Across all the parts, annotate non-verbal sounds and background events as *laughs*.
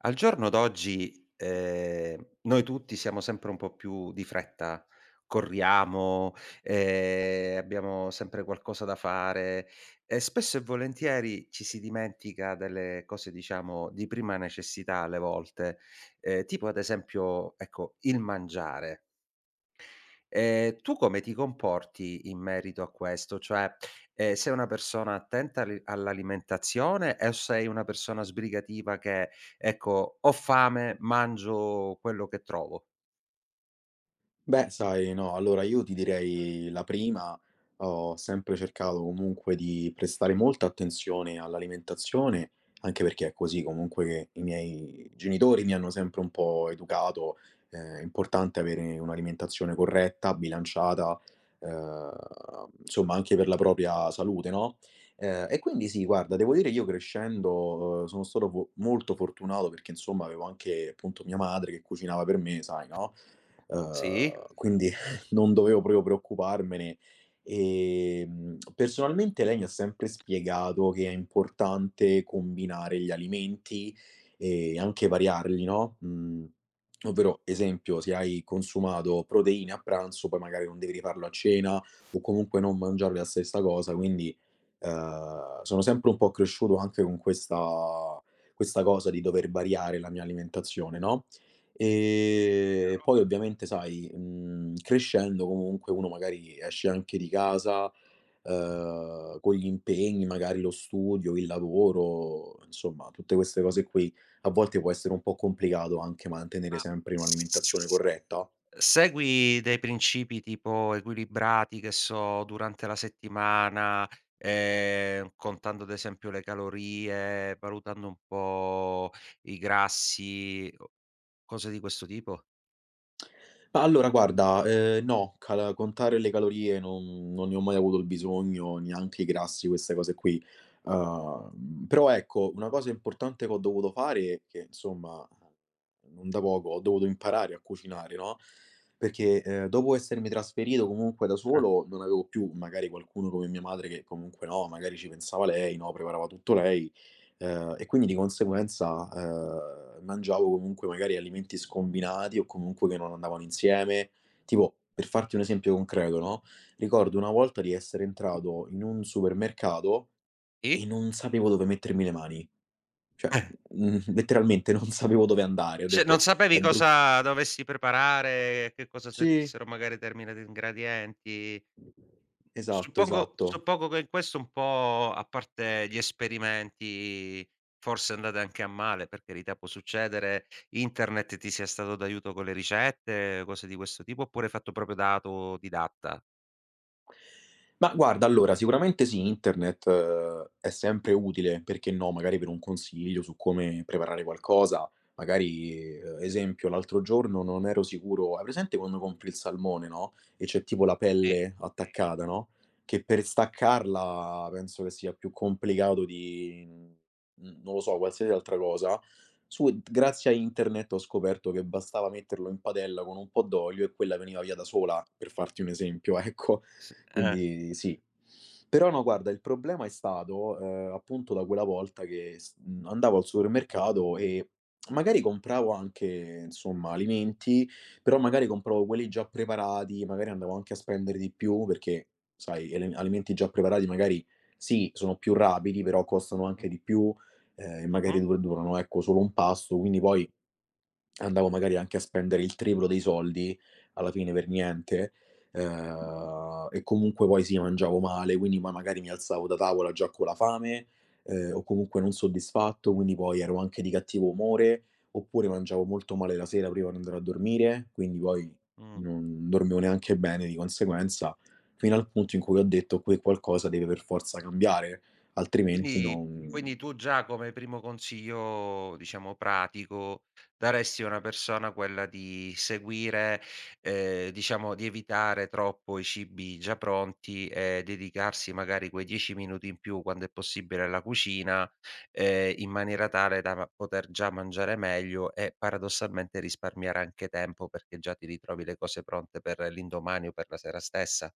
Al giorno d'oggi, noi tutti siamo sempre un po' più di fretta, corriamo, abbiamo sempre qualcosa da fare e spesso e volentieri ci si dimentica delle cose, diciamo, di prima necessità alle volte, tipo ad esempio, ecco, il mangiare. Tu come ti comporti in merito a questo? Cioè, sei una persona attenta al all'alimentazione e o sei una persona sbrigativa che, ecco: "Ho fame, mangio quello che trovo"? Beh, sai, no, allora io ti direi la prima, ho sempre cercato comunque di prestare molta attenzione all'alimentazione, anche perché è così comunque che i miei genitori mi hanno sempre un po' educato, è importante avere un'alimentazione corretta, bilanciata, eh, insomma anche per la propria salute, no? E quindi sì, guarda, devo dire io crescendo, sono stato molto fortunato perché insomma avevo anche appunto mia madre che cucinava per me, sai, no? Sì? Quindi *laughs* non dovevo proprio preoccuparmene. Personalmente lei mi ha sempre spiegato che è importante combinare gli alimenti e anche variarli, no, ovvero esempio, se hai consumato proteine a pranzo, poi magari non devi rifarlo a cena o comunque non mangiarle la stessa cosa, quindi, sono sempre un po' cresciuto anche con questa cosa di dover variare la mia alimentazione, no? E poi ovviamente sai, crescendo comunque uno magari esce anche di casa, con gli impegni, magari lo studio, il lavoro, insomma tutte queste cose qui. A volte può essere un po' complicato anche Ma mantenere sempre un'alimentazione s corretta? segui dei principi tipo equilibrati, che so, durante la settimana, contando ad esempio le calorie, valutando un po' i grassi o cose di questo tipo? Ma allora guarda, no, cal contare le calorie non ne ho mai avuto il bisogno, neanche i grassi, queste cose qui. Però ecco, una cosa importante che ho dovuto fare, che insomma non da poco, ho dovuto imparare a cucinare, no, perché, dopo essermi trasferito comunque da Ah, solo, non avevo più magari qualcuno come mia madre che comunque, no, magari ci pensava lei, no, preparava tutto lei. E quindi di conseguenza, mangiavo comunque magari alimenti scombinati o comunque che non andavano insieme. Tipo, per farti un esempio concreto, no, ricordo una volta di essere entrato in un supermercato sì? e non sapevo dove mettermi le mani. Cioè, Eh. *laughs* Letteralmente non sapevo dove andare. Ho Se non detto: sapevi "È brut" cosa dovessi preparare, che cosa sì, servissero magari determinati ingredienti. esatto, Suppongo esatto. suppongo che in questo un po', a parte gli esperimenti, forse andate anche a male, per carità, può succedere, internet ti sia stato d'aiuto con le ricette, cose di questo tipo, oppure fatto proprio da autodidatta? Ma guarda, allora sicuramente sì, internet è sempre utile, perché no, magari per un consiglio su come preparare qualcosa, magari, esempio l'altro giorno non ero sicuro hai presente quando compri il salmone, no, e c'è tipo la Sì, pelle attaccata, no, che per staccarla penso che sia più complicato di, non lo so, qualsiasi altra cosa. Su d Grazie a internet ho scoperto che bastava metterlo in padella con un po' d'olio e quella veniva via da sola, per farti un esempio, *laughs* ecco. s. Quindi sì. Però no, guarda, il problema è stato, appunto da quella volta che andavo al supermercato e magari compravo anche, insomma, alimenti, però magari compravo quelli già preparati, magari andavo anche a spendere di più perché, sai, ele alimenti già preparati magari sì, sono più rapidi, però costano Mh. anche di più, e magari Mh-mh. du durano, ecco, solo un pasto, quindi poi andavo magari anche a spendere il triplo dei soldi, alla fine per niente, e comunque poi sì, mangiavo male, quindi ma magari mi alzavo da tavola già con la fame, o comunque non soddisfatto, quindi poi ero anche di cattivo umore, oppure mangiavo molto male la sera prima di andare a dormire, quindi poi Mh. non dormivo neanche bene di conseguenza, fino al punto in cui ho detto: "Que Qualcosa deve per forza cambiare, altrimenti Quindi non". quindi tu già come primo consiglio, diciamo pratico, daresti a una persona quella di seguire diciamo di evitare troppo i cibi già pronti e dedicarsi magari quei 10 minuti in più, quando è possibile, alla cucina, in maniera tale da poter già mangiare meglio e paradossalmente risparmiare anche tempo, perché già ti ritrovi le cose pronte per l'indomani o per la sera stessa.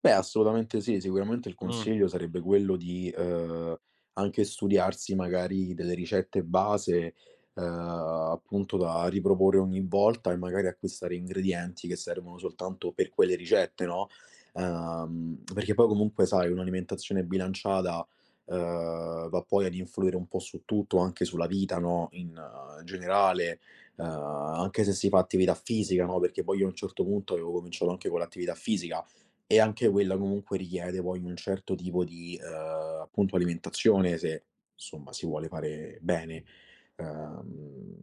Beh, assolutamente sì. Sicuramente il consiglio sarebbe quello di, anche studiarsi magari delle ricette base, ehm, appunto da riproporre ogni volta e magari acquistare ingredienti che servono soltanto per quelle ricette, no, perché poi comunque sai un'alimentazione bilanciata, va poi ad influire un po' su tutto, anche sulla vita, no, in generale, anche se si fa attività fisica, no, perché poi io a un certo punto avevo cominciato anche con l'attività fisica e anche quella comunque richiede poi un certo tipo di, appunto alimentazione se, insomma, si vuole fare bene. Uhm,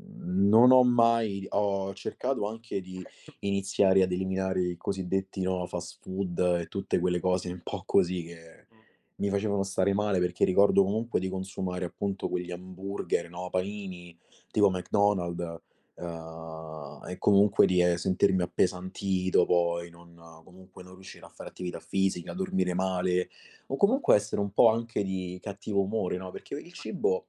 Non ho mai ho cercato anche di iniziare ad eliminare i cosiddetti, no, fast food e tutte quelle cose un po' così che Mh. mi facevano stare male, perché ricordo comunque di consumare appunto quegli hamburger, no, panini, tipo McDonald's. E comunque di, sentirmi appesantito poi, non comunque non riuscire a fare attività fisica, dormire male o comunque essere un po' anche di cattivo umore, no, perché il cibo,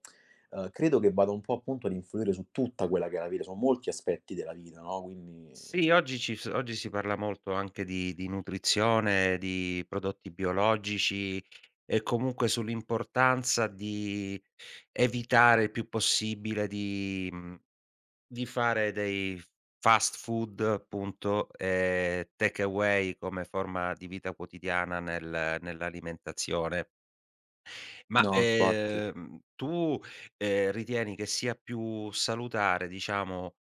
credo che vada un po' appunto ad influire su tutta quella che è la vita, su molti aspetti della vita, no, quindi Sì, eh, oggi ci s oggi si parla molto anche di nutrizione, di prodotti biologici e comunque sull'importanza di evitare il più possibile di di fare dei fast food, appunto, e take away come forma di vita quotidiana nell'alimentazione. Ma, No, infatti. ehm, tu, ritieni che sia più salutare, diciamo,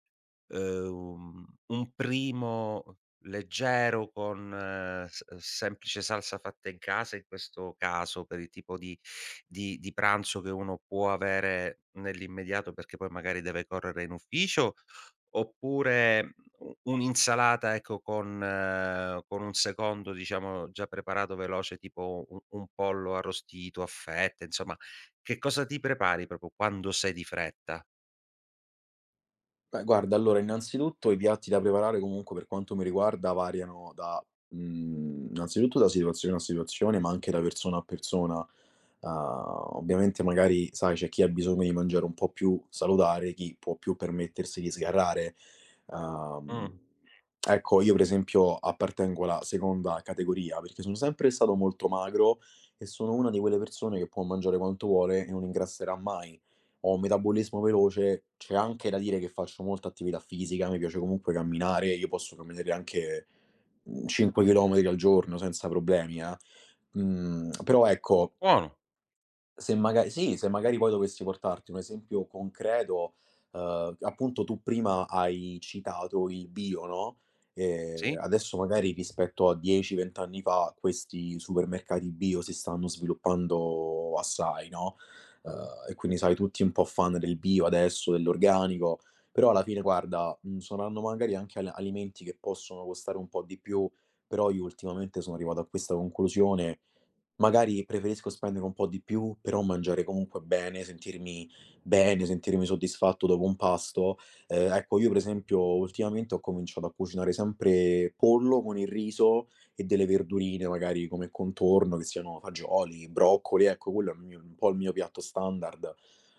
un primo leggero con s semplice salsa fatta in casa, in questo caso per il tipo di di pranzo che uno può avere nell'immediato perché poi magari deve correre in ufficio, oppure u un'insalata ecco con un secondo diciamo già preparato veloce tipo u un pollo arrostito a fette, insomma, che cosa ti prepari proprio quando sei di fretta? Beh, guarda, allora, innanzitutto i piatti da preparare comunque per quanto mi riguarda variano da, innanzitutto da situazione a situazione, ma anche da persona a persona. Uhm, Ovviamente magari, sai, c'è chi ha bisogno di mangiare un po' più salutare, chi può più permettersi di sgarrare. Uhm, Mh, ecco, io per esempio appartengo alla seconda categoria, perché sono sempre stato molto magro e sono una di quelle persone che può mangiare quanto vuole e non ingrasserà mai. Ho un metabolismo veloce, c'è anche da dire che faccio molta attività fisica, mi piace comunque camminare, io posso camminare anche, 5 chilometri al giorno senza problemi, eh. Però ecco, buono, se maga sì, se magari poi dovessi portarti un esempio concreto, appunto tu prima hai citato il bio, no, sì? adesso magari rispetto a 10, 20 anni fa questi supermercati bio si stanno sviluppando assai, no, uhm, e quindi sai tutti un po' fan del bio adesso, dell'organico, però alla fine guarda, saranno magari anche al alimenti che possono costare un po' di più, però io ultimamente sono arrivato a questa conclusione. Magari preferisco spendere un po' di più, però mangiare comunque bene, sentirmi soddisfatto dopo un pasto. Ecco, io per esempio ultimamente ho cominciato a cucinare sempre pollo con il riso e delle verdurine magari come contorno, che siano fagioli, broccoli, ecco quello è il mio un po' il mio piatto standard.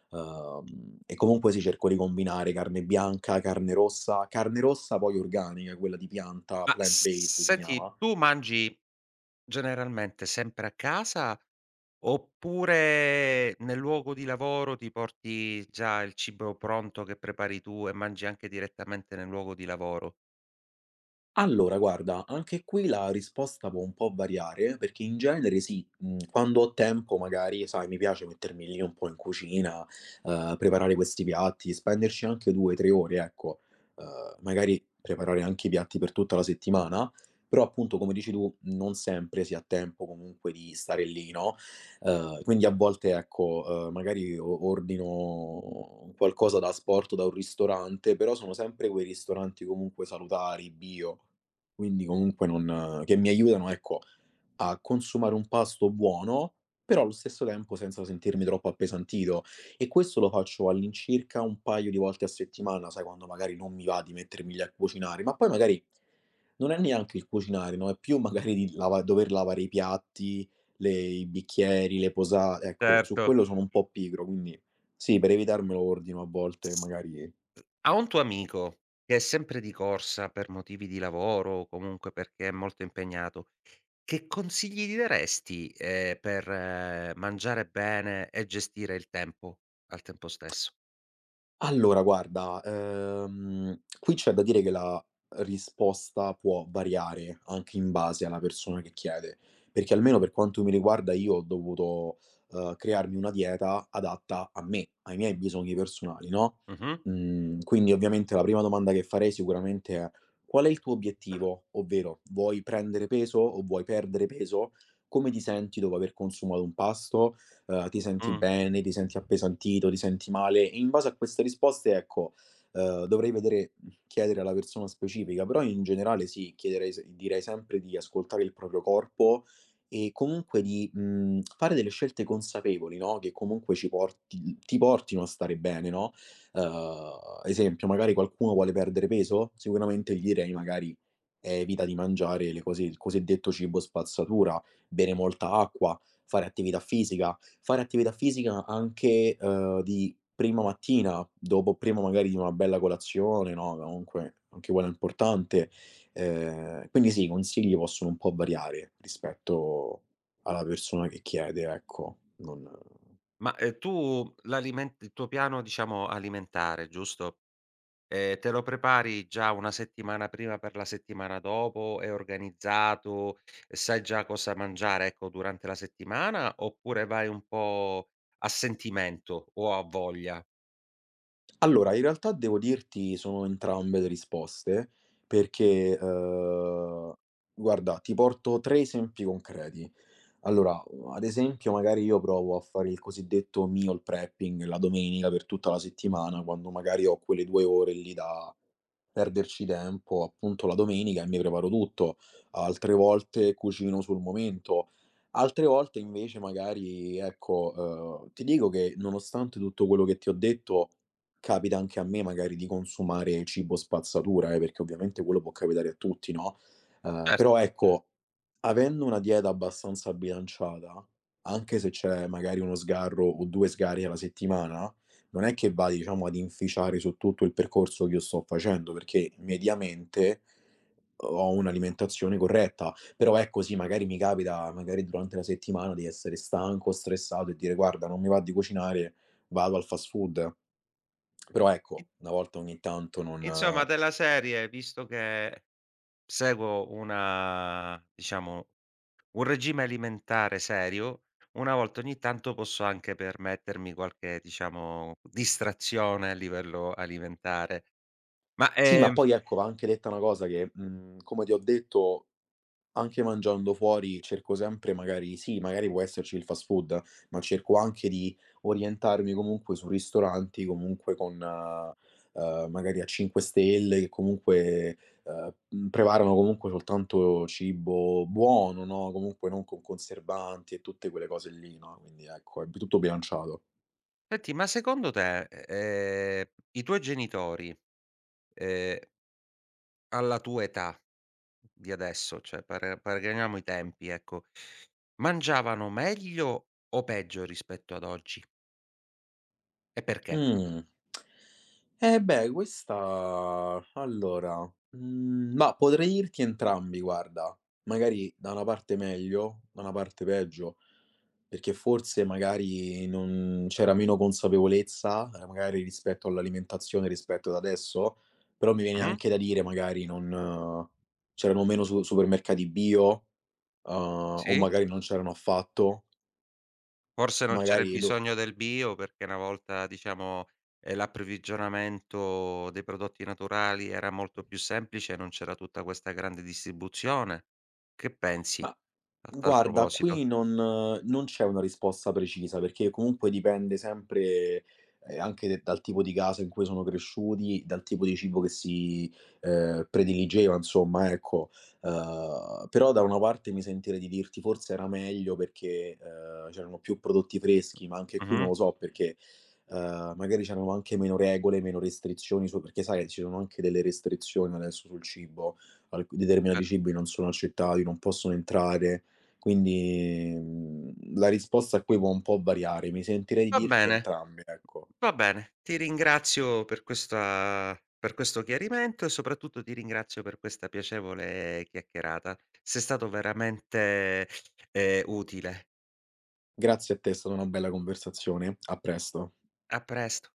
E comunque sì, cerco di combinare carne bianca, carne rossa poi organica, quella di pianta, Ma plant s based si senti, chiama. tu mangi generalmente sempre a casa oppure nel luogo di lavoro ti porti già il cibo pronto che prepari tu e mangi anche direttamente nel luogo di lavoro? Allora guarda, anche qui la risposta può un po' variare, perché in genere sì, quando ho tempo magari, sai, mi piace mettermi lì un po' in cucina, preparare questi piatti, spenderci anche 2, 3 ore, ecco. Magari preparare anche i piatti per tutta la settimana, però appunto come dici tu, non sempre si ha tempo comunque di stare lì, no, quindi a volte ecco, magari o ordino qualcosa da asporto da un ristorante, però sono sempre quei ristoranti comunque salutari, bio. Quindi comunque non che mi aiutano, ecco, a consumare un pasto buono, però allo stesso tempo senza sentirmi troppo appesantito. E questo lo faccio all'incirca un paio di volte a settimana, sai, quando magari non mi va di mettermi lì a cucinare, ma poi magari non è neanche il cucinare, no, è più magari di lava dover lavare i piatti, le i bicchieri, le posa ecco, su Certo. quello sono un po' pigro, quindi sì, per evitarmelo ordino a volte S magari. A un tuo amico che è sempre di corsa per motivi di lavoro o comunque perché è molto impegnato, che consigli gli daresti, per mangiare bene e gestire il tempo al tempo stesso? Allora guarda, qui c'è da dire che la risposta può variare anche in base alla persona che chiede, perché almeno per quanto mi riguarda io ho dovuto, crearmi una dieta adatta a me, ai miei bisogni personali, no, Mh-mh. Quindi ovviamente la prima domanda che farei sicuramente è: "Qual è il tuo obiettivo?" Ovvero: "Vuoi prendere peso o vuoi perdere peso? Come ti senti dopo aver consumato un pasto?" Ti senti Mh. bene, ti senti appesantito, ti senti male. E in base a queste risposte, ecco, dovrei vedere, chiedere alla persona specifica, però in generale sì, chiederei, direi sempre di ascoltare il proprio corpo e comunque di fare delle scelte consapevoli, no? Che comunque ci porti, ti portino a stare bene, no? Esempio, magari qualcuno vuole perdere peso, sicuramente gli direi magari evita di mangiare le cose, il cosiddetto cibo spazzatura, bere molta acqua, fare attività fisica, fare attività fisica anche, di prima mattina, dopo prima magari di una bella colazione, no, comunque anche quella è importante. Quindi sì, i consigli possono un po' variare rispetto alla persona che chiede, ecco, non. Ma, tu l'aliment il tuo piano diciamo alimentare, giusto, te lo prepari già una settimana prima per la settimana dopo? È organizzato? Sai già cosa mangiare, ecco, durante la settimana, oppure vai un po' a sentimento o a voglia? Allora, in realtà devo dirti sono entrambe le risposte perché, guarda, ti porto 3 esempi concreti. Allora, ad esempio, magari io provo a fare il cosiddetto meal prepping la domenica per tutta la settimana, quando magari ho quelle 2 ore lì da perderci tempo, appunto, la domenica e mi preparo tutto. Altre volte cucino sul momento, altre volte invece magari ecco, ti dico che nonostante tutto quello che ti ho detto capita anche a me magari di consumare cibo spazzatura, perché ovviamente quello può capitare a tutti, no, Cioè, però ecco, avendo una dieta abbastanza bilanciata, anche se c'è magari 1 sgarro o 2 sgarri alla settimana, non è che vai, diciamo, ad inficiare su tutto il percorso che io sto facendo, perché mediamente ho un'alimentazione corretta. Però ecco sì, magari mi capita, magari durante la settimana, di essere stanco, stressato e dire: "Guarda, non mi va di cucinare, vado al fast food". Però i ecco, una volta ogni tanto non. insomma della serie, visto che seguo una diciamo un regime alimentare serio, una volta ogni tanto posso anche permettermi qualche, diciamo, distrazione a livello alimentare. Ma, Sì, ma ehm, poi ecco, va anche detta una cosa che, come ti ho detto, anche mangiando fuori cerco sempre magari sì, magari può esserci il fast food, ma cerco anche di orientarmi comunque su ristoranti, comunque con, magari a 5 stelle che comunque, preparano comunque soltanto cibo buono, no, comunque non con conservanti e tutte quelle cose lì, no, quindi ecco, è b tutto bilanciato. senti, ma secondo te, i tuoi genitori, ehm, alla tua età di adesso, cioè paragoniamo i tempi, ecco, mangiavano meglio o peggio rispetto ad oggi? E perché? Mh. Eh beh, questa allora, ma potrei dirti entrambi guarda, magari da una parte meglio, da una parte peggio, perché forse magari non c'era meno consapevolezza, magari rispetto all'alimentazione, rispetto ad adesso, però mi viene Mh-mh. anche da dire magari non c'erano meno su supermercati bio, uhm, o Sì. magari non c'erano affatto, Forse non c'era il magari lo. bisogno del bio, perché una volta, diciamo, l'approvvigionamento dei prodotti naturali era molto più semplice e non c'era tutta questa grande distribuzione. Che pensi Ma a tal guarda, proposito? qui non c'è una risposta precisa, perché comunque dipende sempre, anche de dal tipo di casa in cui sono cresciuti, dal tipo di cibo che si, prediligeva insomma, ecco. Però da una parte mi sentirei di dirti forse era meglio perché, c'erano più prodotti freschi, ma anche qui non Mh-mh, lo so perché, magari c'erano anche meno regole, meno restrizioni su perché sai, ci sono anche delle restrizioni adesso sul cibo, alc determinati certo. cibi non sono accettati, non possono entrare. Quindi, la risposta a cui può un po' variare. Mi sentirei di Va dirti bene, entrambe, ecco. va bene. Ti ringrazio per questo chiarimento e soprattutto ti ringrazio per questa piacevole chiacchierata. Sei stato veramente, utile. Grazie a te, è stata una bella conversazione. A presto. A presto.